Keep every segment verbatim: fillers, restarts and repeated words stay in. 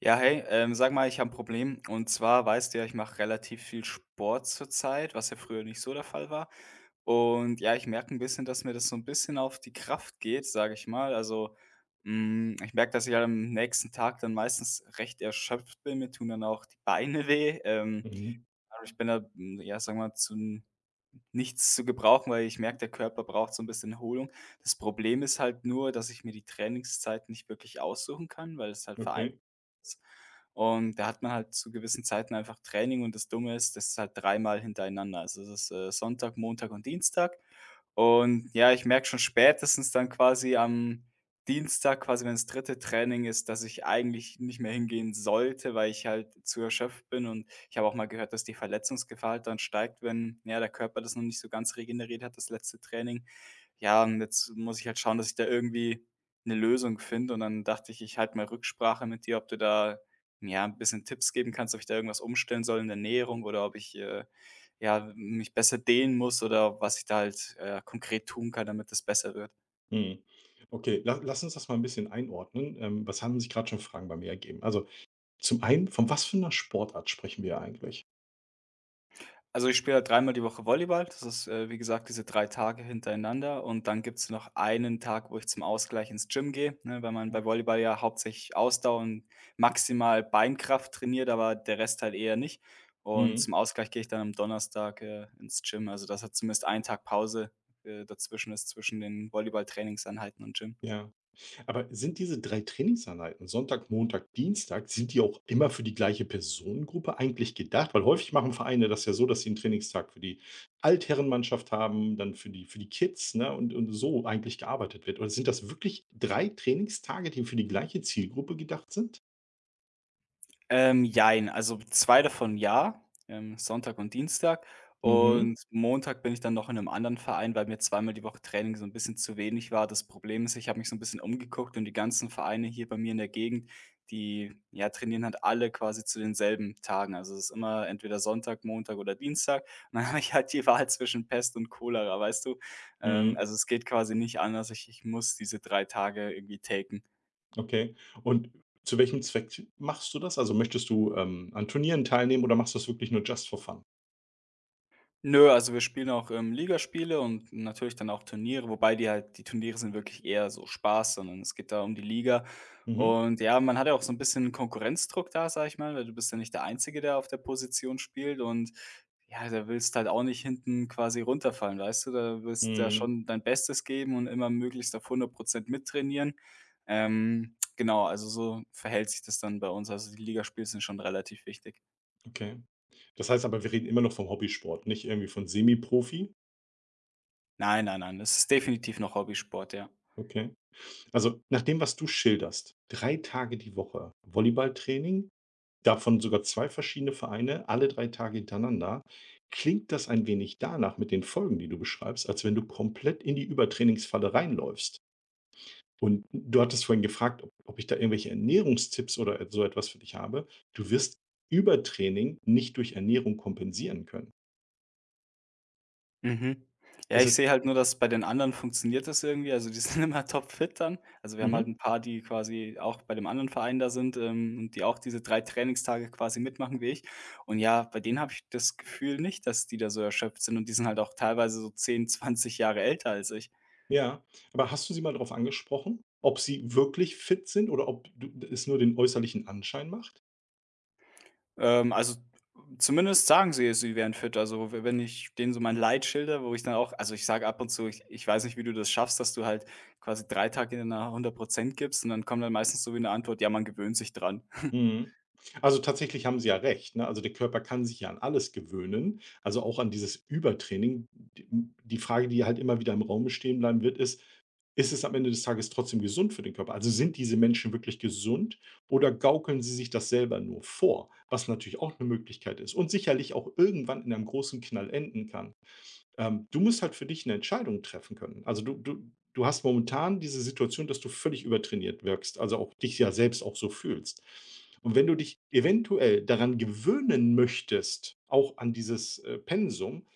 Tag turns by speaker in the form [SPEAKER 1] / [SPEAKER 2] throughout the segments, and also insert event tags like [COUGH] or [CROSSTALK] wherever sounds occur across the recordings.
[SPEAKER 1] Ja, hey, ähm, sag mal, ich habe ein Problem. Und zwar weißt du ja, ich mache relativ viel Sport zurzeit, was ja früher nicht so der Fall war. Und ja, ich merke ein bisschen, dass mir das so ein bisschen auf die Kraft geht, sage ich mal. Also, hm, ich merke, dass ich halt am nächsten Tag dann meistens recht erschöpft bin. Mir tun dann auch die Beine weh. Ähm,
[SPEAKER 2] Mhm.
[SPEAKER 1] aber ich bin da, hm, ja, sagen wir mal, zu nichts zu gebrauchen, weil ich merke, der Körper braucht so ein bisschen Erholung. Das Problem ist halt nur, dass ich mir die Trainingszeiten nicht wirklich aussuchen kann, weil es halt vereint
[SPEAKER 2] Okay.
[SPEAKER 1] ist. Und da hat man halt zu gewissen Zeiten einfach Training und das Dumme ist, das ist halt dreimal hintereinander. Also, es ist, äh, Sonntag, Montag und Dienstag und ja, ich merke schon spätestens dann quasi am Dienstag, quasi wenn's dritte Training ist, dass ich eigentlich nicht mehr hingehen sollte, weil ich halt zu erschöpft bin. Und ich habe auch mal gehört, dass die Verletzungsgefahr halt dann steigt, wenn, ja, der Körper das noch nicht so ganz regeneriert hat, das letzte Training. Ja, und jetzt muss ich halt schauen, dass ich da irgendwie eine Lösung finde. Und dann dachte ich, ich halte mal Rücksprache mit dir, ob du da, ja, ein bisschen Tipps geben kannst, ob ich da irgendwas umstellen soll in der Ernährung oder ob ich, äh, ja, mich besser dehnen muss oder was ich da halt, äh, konkret tun kann, damit das besser wird.
[SPEAKER 2] Mhm. Okay, la lass uns das mal 'n bisschen einordnen. Ähm, was haben sich grad schon Fragen bei mir ergeben? Also, zum einen, von was für 'ner Sportart sprechen wir eigentlich?
[SPEAKER 1] Also, ich spiele halt dreimal die Woche Volleyball. Das ist, äh, wie gesagt, diese drei Tage hintereinander und dann gibt's noch einen Tag, wo ich zum Ausgleich ins Gym gehe, ne, weil man
[SPEAKER 2] Hm.
[SPEAKER 1] bei Volleyball ja hauptsächlich Ausdauer und maximal Beinkraft trainiert, aber der Rest halt eher nicht. Und
[SPEAKER 2] Mhm.
[SPEAKER 1] zum Ausgleich gehe ich dann am Donnerstag, äh, ins Gym. Also, das hat zumindest einen Tag Pause, äh, dazwischen ist zwischen den Volleyball-Trainingseinheiten und Gym.
[SPEAKER 2] Ja. Aber sind diese drei Trainingseinheiten, Sonntag, Montag, Dienstag, sind die auch immer für die gleiche Personengruppe eigentlich gedacht? Weil häufig machen Vereine das ja so, dass sie 'n Trainingstag für die Altherrenmannschaft haben, dann für die für die Kids, ne, und und so eigentlich gearbeitet wird. Oder sind das wirklich drei Trainingstage, die für die gleiche Zielgruppe gedacht sind?
[SPEAKER 1] Ähm, jein. Also zwei davon ja, ähm, Sonntag und Dienstag.
[SPEAKER 2] Mhm.
[SPEAKER 1] Und Montag bin ich dann noch in einem anderen Verein, weil mir zweimal die Woche Training so ein bisschen zu wenig war. Das Problem ist, ich habe mich so ein bisschen umgeguckt und die ganzen Vereine hier bei mir in der Gegend, die, ja, trainieren halt alle quasi zu denselben Tagen. Also, es ist immer entweder Sonntag, Montag oder Dienstag. [LAUGHS] Und dann habe ich halt die Wahl zwischen Pest und Cholera, weißt du? Ähm,
[SPEAKER 2] Mhm.
[SPEAKER 1] also, es geht quasi nicht anders. Ich ich muss diese drei Tage irgendwie taken.
[SPEAKER 2] Okay. Und zu welchem Zweck machst du das? Also, möchtest du, ähm, an Turnieren teilnehmen oder machst du das wirklich nur just for fun?
[SPEAKER 1] Nö, also wir spielen auch, ähm, Ligaspiele und natürlich dann auch Turniere, wobei die halt die Turniere sind wirklich eher so Spaß, sondern es geht da um die Liga.
[SPEAKER 2] Mhm.
[SPEAKER 1] Und ja, man hat ja auch so ein bisschen Konkurrenzdruck da, sag ich mal, weil du bist ja nicht der Einzige, der auf der Position spielt und ja, da willst halt auch nicht hinten quasi runterfallen, weißt du? Da willst du ja
[SPEAKER 2] Mhm.
[SPEAKER 1] schon dein Bestes geben und immer möglichst auf hundert Prozent mittrainieren. Ähm, genau, also so verhält sich das dann bei uns. Also die Ligaspiele sind schon relativ wichtig.
[SPEAKER 2] Okay. Das heißt aber, wir reden immer noch vom Hobbysport, nicht irgendwie von Semi-Profi.
[SPEAKER 1] Nein, nein, nein, es ist definitiv noch Hobbysport, ja.
[SPEAKER 2] Okay. Also, nach dem, was du schilderst, drei Tage die Woche Volleyballtraining, davon sogar zwei verschiedene Vereine, alle drei Tage hintereinander, klingt das ein wenig danach mit den Folgen, die du beschreibst, als wenn du komplett in die Übertrainingsfalle reinläufst. Und du hattest vorhin gefragt, ob ob ich da irgendwelche Ernährungstipps oder so etwas für dich habe. Du wirst Übertraining nicht durch Ernährung kompensieren können.
[SPEAKER 1] Mhm. Ja,
[SPEAKER 2] Das
[SPEAKER 1] ich
[SPEAKER 2] heißt,
[SPEAKER 1] sehe halt nur, dass bei den anderen funktioniert das irgendwie. Also, die [LAUGHS] sind immer topfit dann. Also, wir haben halt
[SPEAKER 2] mhm,
[SPEAKER 1] ein paar, die quasi auch bei dem anderen Verein da sind, ähm, und die auch diese drei Trainingstage quasi mitmachen wie ich. Und ja, bei denen habe ich das Gefühl nicht, dass die da so erschöpft sind und die sind halt auch teilweise so zehn, zwanzig Jahre älter als ich.
[SPEAKER 2] ja. Aber hast du sie mal darauf angesprochen, ob sie wirklich fit sind oder ob du es nur den äußerlichen Anschein macht?
[SPEAKER 1] Ähm, also, Zumindest sagen sie sie wären fit. Also, we wenn ich denen so mein Leid schildere, wo ich dann auch also, ich sage ab und zu: „Ich ich weiß nicht, wie du das schaffst, dass du halt quasi drei Tage in einer hundert Prozent gibst.“ Und dann kommt dann meistens so wie eine Antwort: „Ja, man gewöhnt sich dran.“ [LAUGHS]
[SPEAKER 2] Mhm. Also, tatsächlich haben sie ja recht, ne? Also, der Körper kann sich ja an alles gewöhnen, also auch an dieses Übertraining. D die Frage, die halt immer wieder im Raum stehen bleiben wird, ist: Ist es am Ende des Tages trotzdem gesund für den Körper? Also sind diese Menschen wirklich gesund oder gaukeln sie sich das selber nur vor, was natürlich auch eine Möglichkeit ist und sicherlich auch irgendwann in einem großen Knall enden kann. Ähm, du musst halt für dich eine Entscheidung treffen können. Also, du du du hast momentan diese Situation, dass du völlig übertrainiert wirkst, also auch dich ja selbst auch so fühlst. Und wenn du dich eventuell daran gewöhnen möchtest, auch an dieses, äh, Pensum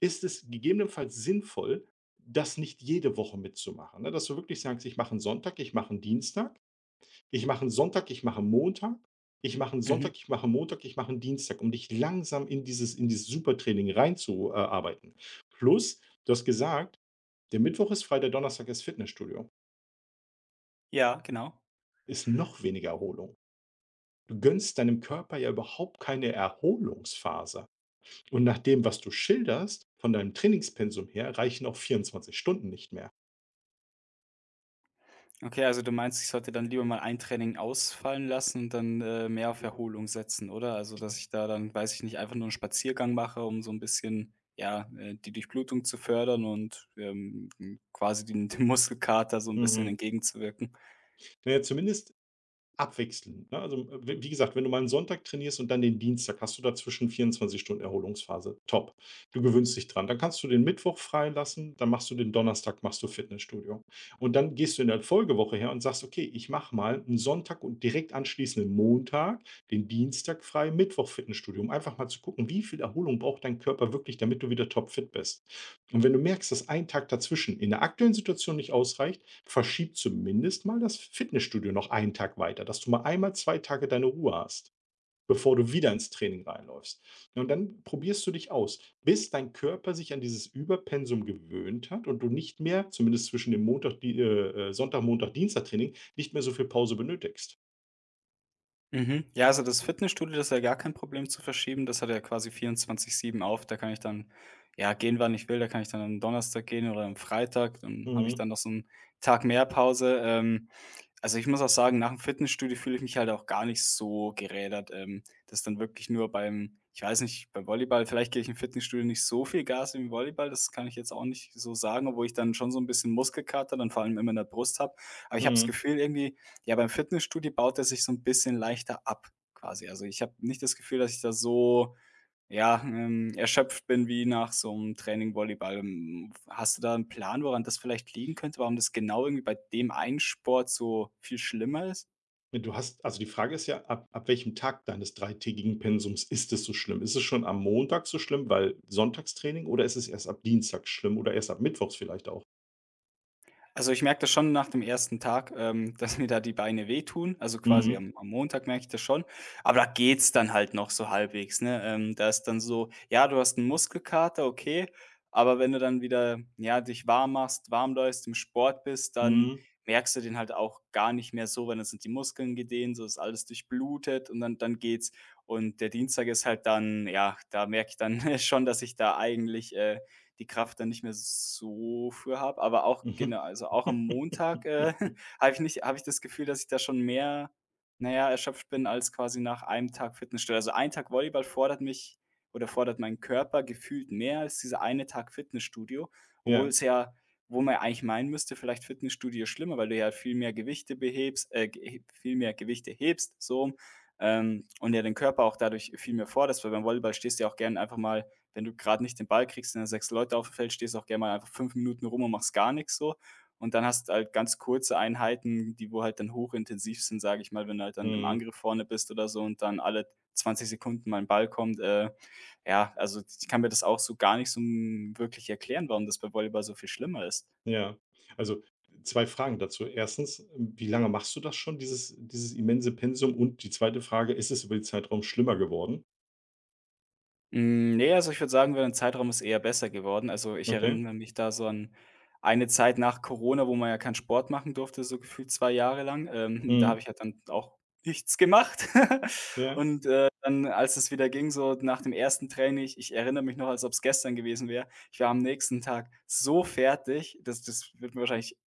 [SPEAKER 2] ist es gegebenenfalls sinnvoll, das nicht jede Woche mitzumachen, ne? Dass du wirklich sagst: „Ich mache einen Sonntag, ich mache einen Dienstag, ich mache einen Sonntag, ich mache 'n Montag, ich mache einen
[SPEAKER 1] Mhm.
[SPEAKER 2] Sonntag, ich mache 'n Montag, ich mache einen Dienstag“, um dich langsam in dieses in dieses Supertraining reinzuarbeiten. Plus, du hast gesagt, der Mittwoch ist frei, der Donnerstag ist Fitnessstudio.
[SPEAKER 1] Ja, genau.
[SPEAKER 2] Ist noch weniger Erholung. Du gönnst deinem Körper ja überhaupt keine Erholungsphase. Und nach dem, was du schilderst, von deinem Trainingspensum her, reichen auch vierundzwanzig Stunden nicht mehr.
[SPEAKER 1] Okay, also du meinst, ich sollte dann lieber mal ein Training ausfallen lassen und dann, äh, mehr auf Erholung setzen, oder? Also, dass ich da dann, weiß ich nicht, einfach nur einen Spaziergang mache, um so ein bisschen, ja, äh, die Durchblutung zu fördern und, ähm, hm, quasi den dem Muskelkater so ein bisschen
[SPEAKER 2] Mhm.
[SPEAKER 1] entgegenzuwirken.
[SPEAKER 2] Na ja, zumindest abwechseln, ne? Also, äh, w wie gesagt, wenn du mal einen Sonntag trainierst und dann den Dienstag, hast du dazwischen vierundzwanzig Stunden Erholungsphase. Top. Du gewöhnst dich dran. Dann kannst du den Mittwoch freilassen, dann machst du den Donnerstag machst du Fitnessstudio. Und dann gehst du in der Folgewoche her und sagst: „Okay, ich mache mal einen Sonntag und direkt anschließend einen Montag, den Dienstag frei, Mittwoch Fitnessstudio“, um einfach mal zu gucken, wie viel Erholung braucht dein Körper wirklich, damit du wieder topfit bist. Und wenn du merkst, dass ein Tag dazwischen in der aktuellen Situation nicht ausreicht, verschieb zumindest mal das Fitnessstudio noch einen Tag weiter, dass du mal einmal zwei Tage deine Ruhe hast, bevor du wieder ins Training reinläufst. Ja, Und dann probierst du dich aus, bis dein Körper sich an dieses Überpensum gewöhnt hat und du nicht mehr, zumindest zwischen dem Montag, Di äh, äh, Sonntag, Montag, Dienstag-Training, nicht mehr so viel Pause benötigst.
[SPEAKER 1] Mhm. Ja, also das Fitnessstudio, das ist ja gar kein Problem zu verschieben. Das hat ja quasi vierundzwanzig sieben auf. Da kann ich dann, ja, gehen, wann ich will. Da kann ich dann am Donnerstag gehen oder am Freitag. Dann habe ich
[SPEAKER 2] Mhm,
[SPEAKER 1] dann noch so einen Tag mehr Pause. Ähm, Also, ich muss auch sagen, nach dem Fitnessstudio fühle ich mich halt auch gar nicht so gerädert. Ähm, das ist dann wirklich nur beim ich weiß nicht, beim Volleyball vielleicht gehe ich im Fitnessstudio nicht so viel Gas wie im Volleyball, das kann ich jetzt auch nicht so sagen, obwohl ich dann schon so ein bisschen Muskelkater dann vor allem immer in der Brust habe. Aber ich habe das
[SPEAKER 2] mhm.
[SPEAKER 1] Gefühl irgendwie, ja, beim Fitnessstudio baut er sich so ein bisschen leichter ab quasi. Also, ich habe nicht das Gefühl, dass ich da so ja, ähm, erschöpft bin wie nach so einem Training Volleyball. Hm, hast du da einen Plan, woran das vielleicht liegen könnte? Warum das genau irgendwie bei dem einen Sport so viel schlimmer ist?
[SPEAKER 2] Du hast also die Frage ist ja, ab ab welchem Tag deines dreitägigen Pensums ist es so schlimm? Ist es schon am Montag so schlimm, weil Sonntagstraining, oder ist es erst ab Dienstag schlimm oder erst ab mittwochs vielleicht auch?
[SPEAKER 1] Also, ich merke das schon nach dem ersten Tag, ähm, [LAUGHS] dass mir da die Beine wehtun. Also, quasi
[SPEAKER 2] Mhm.
[SPEAKER 1] am am Montag merke ich das schon, aber da geht's dann halt noch so halbwegs, ne? Ähm, da ist dann so, ja, du hast einen Muskelkater, okay, aber wenn du dann wieder, ja, dich warm machst, warm läufst, im Sport bist, dann
[SPEAKER 2] Mhm.
[SPEAKER 1] merkst du den halt auch gar nicht mehr so, weil dann sind die Muskeln gedehnt, so ist alles durchblutet und dann dann geht's. Und der Dienstag ist halt dann ja, da merke ich dann [LAUGHS] schon, dass ich da eigentlich, äh, die Kraft dann nicht mehr so für habe. Aber auch genau,
[SPEAKER 2] Mhm.
[SPEAKER 1] also auch am Montag, äh,
[SPEAKER 2] [LAUGHS]
[SPEAKER 1] [LAUGHS] habe ich nicht habe ich das Gefühl, dass ich da schon mehr, naja erschöpft bin als quasi nach einem Tag Fitnessstudio. Also, ein Tag Volleyball fordert mich oder fordert meinen Körper gefühlt mehr als dieser eine Tag Fitnessstudio, obwohl
[SPEAKER 2] Ja,
[SPEAKER 1] es ja wo man ja eigentlich meinen müsste, vielleicht Fitnessstudio schlimmer, weil du ja viel mehr Gewichte behebst äh, ge viel mehr Gewichte hebst so, rum, ähm, und ja den Körper auch dadurch viel mehr forderst, weil beim Volleyball stehst du ja auch gerne einfach mal wenn du gerade nicht den Ball kriegst, sind ja sechs Leute auf dem Feld, stehst du auch gerne mal einfach fünf Minuten rum und machst gar nichts so. Und dann hast du halt ganz kurze Einheiten, die wo halt dann hochintensiv sind, sage ich mal, wenn du halt dann im
[SPEAKER 2] mhm,
[SPEAKER 1] Angriff vorne bist oder so und dann alle zwanzig Sekunden mal ein Ball kommt. Äh, ja, also, ich kann mir das auch so gar nicht so, hm, wirklich erklären, warum das bei Volleyball so viel schlimmer ist.
[SPEAKER 2] ja. Also, zwei Fragen dazu. Erstens, wie lange machst du das schon, dieses dieses immense Pensum? Und die zweite Frage, ist es über den Zeitraum schlimmer geworden?
[SPEAKER 1] Hm, ne, also, ich würde sagen, über den Zeitraum ist eher besser geworden. Also, ich
[SPEAKER 2] Okay.
[SPEAKER 1] erinnere mich da so an eine Zeit nach Corona, wo man ja keinen Sport machen durfte, so gefühlt zwei Jahre lang. Ähm, da habe
[SPEAKER 2] Mhm.
[SPEAKER 1] ich ja dann auch nichts gemacht. [LAUGHS]
[SPEAKER 2] Ja.
[SPEAKER 1] Und, äh, dann, als es wieder ging, so nach dem ersten Training ich erinnere mich noch, als ob es gestern gewesen wäre, ich war am nächsten Tag so fertig, das das wird mir wahrscheinlich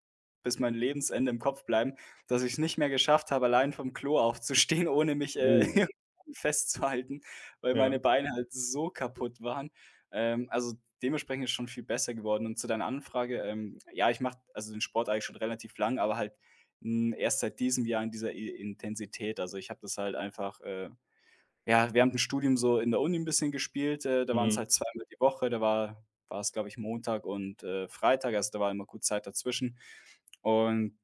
[SPEAKER 1] bis mein Lebensende im Kopf bleiben, dass ich es nicht mehr geschafft habe, allein vom Klo aufzustehen, [LAUGHS] ohne mich, äh,
[SPEAKER 2] Oh,
[SPEAKER 1] [LAUGHS] festzuhalten weil meine
[SPEAKER 2] ja.
[SPEAKER 1] Beine halt so kaputt waren. Ähm, also dementsprechend ist schon viel besser geworden. Und zu deiner Anfrage, ähm, ja, ich mache also den Sport eigentlich schon relativ lang, aber halt hm, erst seit diesem Jahr in dieser I Intensität. Also ich habe das halt einfach, äh, ja, während dem Studium so in der Uni ein bisschen gespielt. Äh, da waren es
[SPEAKER 2] Mhm.
[SPEAKER 1] halt zweimal die Woche. Da war war es glaube ich, Montag und, äh, Freitag. Also, da war immer gut Zeit dazwischen. Und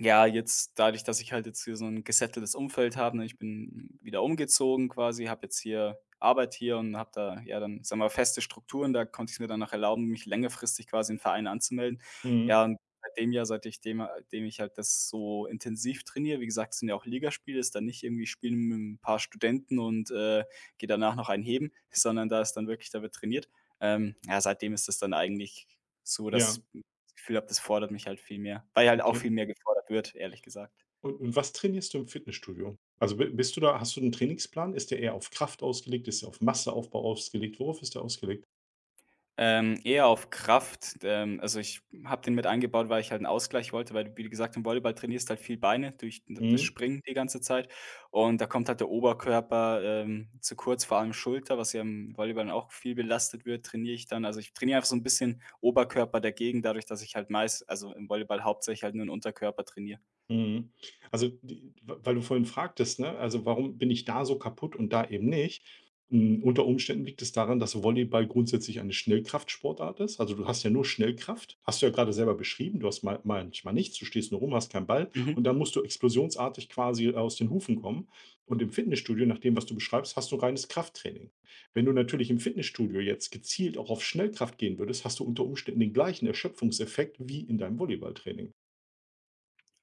[SPEAKER 1] ja, jetzt dadurch, dass ich halt jetzt hier so ein gesetteltes Umfeld habe, ne? Ich bin wieder umgezogen quasi, habe jetzt hier Arbeit hier und habe da, ja, dann, sagen wir mal, feste Strukturen. Da konnte ich's mir dann auch erlauben, mich längerfristig quasi im Verein anzumelden.
[SPEAKER 2] Mhm.
[SPEAKER 1] Ja, und seit dem Jahr, seit ich dem äh, dem ich halt das so intensiv trainiere wie gesagt, es sind ja auch Ligaspiele, ist dann nicht irgendwie spielen mit ein paar Studenten und, äh, gehe danach noch ein heben, sondern da ist dann wirklich da wird trainiert. Ähm, ja, seitdem ist es dann eigentlich so,
[SPEAKER 2] Ja,
[SPEAKER 1] dass das Gefühl habe, das fordert mich halt viel mehr, weil halt auch
[SPEAKER 2] okay.
[SPEAKER 1] viel mehr gefordert wird, ehrlich gesagt.
[SPEAKER 2] Und und was trainierst du im Fitnessstudio? Also, bi bist du da, hast du einen Trainingsplan? Ist der eher auf Kraft ausgelegt? Ist der auf Masseaufbau ausgelegt? Worauf ist der ausgelegt?
[SPEAKER 1] Ähm, eher auf Kraft. Ähm, also, ich habe den mit eingebaut, weil ich halt einen Ausgleich wollte, weil du, wie gesagt, im Volleyball trainierst halt viel Beine durch d das
[SPEAKER 2] Mhm.
[SPEAKER 1] Springen die ganze Zeit und da kommt halt der Oberkörper, ähm, zu kurz, vor allem Schulter, was ja im Volleyball auch viel belastet wird, trainiere ich dann. Also, ich trainiere einfach so ein bisschen Oberkörper dagegen, dadurch, dass ich halt meist also, im Volleyball hauptsächlich halt nur den Unterkörper trainiere.
[SPEAKER 2] Mhm. Also, die weil du vorhin fragtest, ne, also, warum bin ich da so kaputt und da eben nicht? Hm, unter Umständen liegt es daran, dass Volleyball grundsätzlich eine Schnellkraftsportart ist. Also, du hast ja nur Schnellkraft. Hast du ja gerade selber beschrieben. Du hast mal manchmal nichts, du stehst nur rum, hast keinen Ball
[SPEAKER 1] Mhm.
[SPEAKER 2] und dann musst du explosionsartig quasi äh, aus den Hufen kommen. Und im Fitnessstudio, nach dem, was du beschreibst, hast du reines Krafttraining. Wenn du natürlich im Fitnessstudio jetzt gezielt auch auf Schnellkraft gehen würdest, hast du unter Umständen den gleichen Erschöpfungseffekt wie in deinem Volleyballtraining.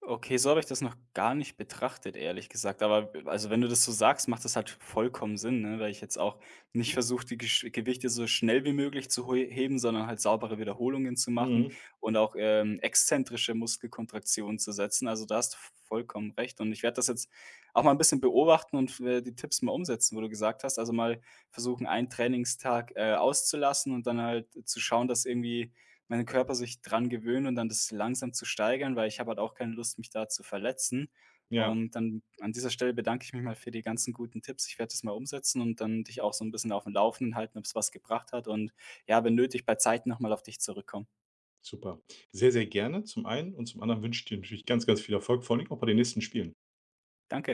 [SPEAKER 1] Okay, so habe ich das noch gar nicht betrachtet, ehrlich gesagt. Aber also wenn du das so sagst, macht das halt vollkommen Sinn, ne? Weil ich jetzt auch nicht versuche, die Gesch Gewichte so schnell wie möglich zu heu- heben, sondern halt saubere Wiederholungen zu machen
[SPEAKER 2] Mhm,
[SPEAKER 1] und auch ähm, exzentrische Muskelkontraktionen zu setzen. Also da hast du vollkommen recht. Und ich werde das jetzt auch mal ein bisschen beobachten und äh, die Tipps mal umsetzen, wo du gesagt hast. Also mal versuchen, einen Trainingstag äh, auszulassen und dann halt zu schauen, dass irgendwie meinen Körper sich dran gewöhnen und dann das langsam zu steigern, weil ich habe halt auch keine Lust, mich da zu verletzen.
[SPEAKER 2] ja.
[SPEAKER 1] Und dann an dieser Stelle bedanke ich mich mal für die ganzen guten Tipps. Ich werde das mal umsetzen und dann dich auch so ein bisschen auf dem Laufenden halten, ob es was gebracht hat und ja, wenn nötig, bei Zeiten noch mal auf dich zurückkommen.
[SPEAKER 2] Super. Sehr, sehr gerne zum einen und zum anderen wünsche ich dir natürlich ganz, ganz viel Erfolg, vor allen auch bei den nächsten Spielen.
[SPEAKER 1] Danke.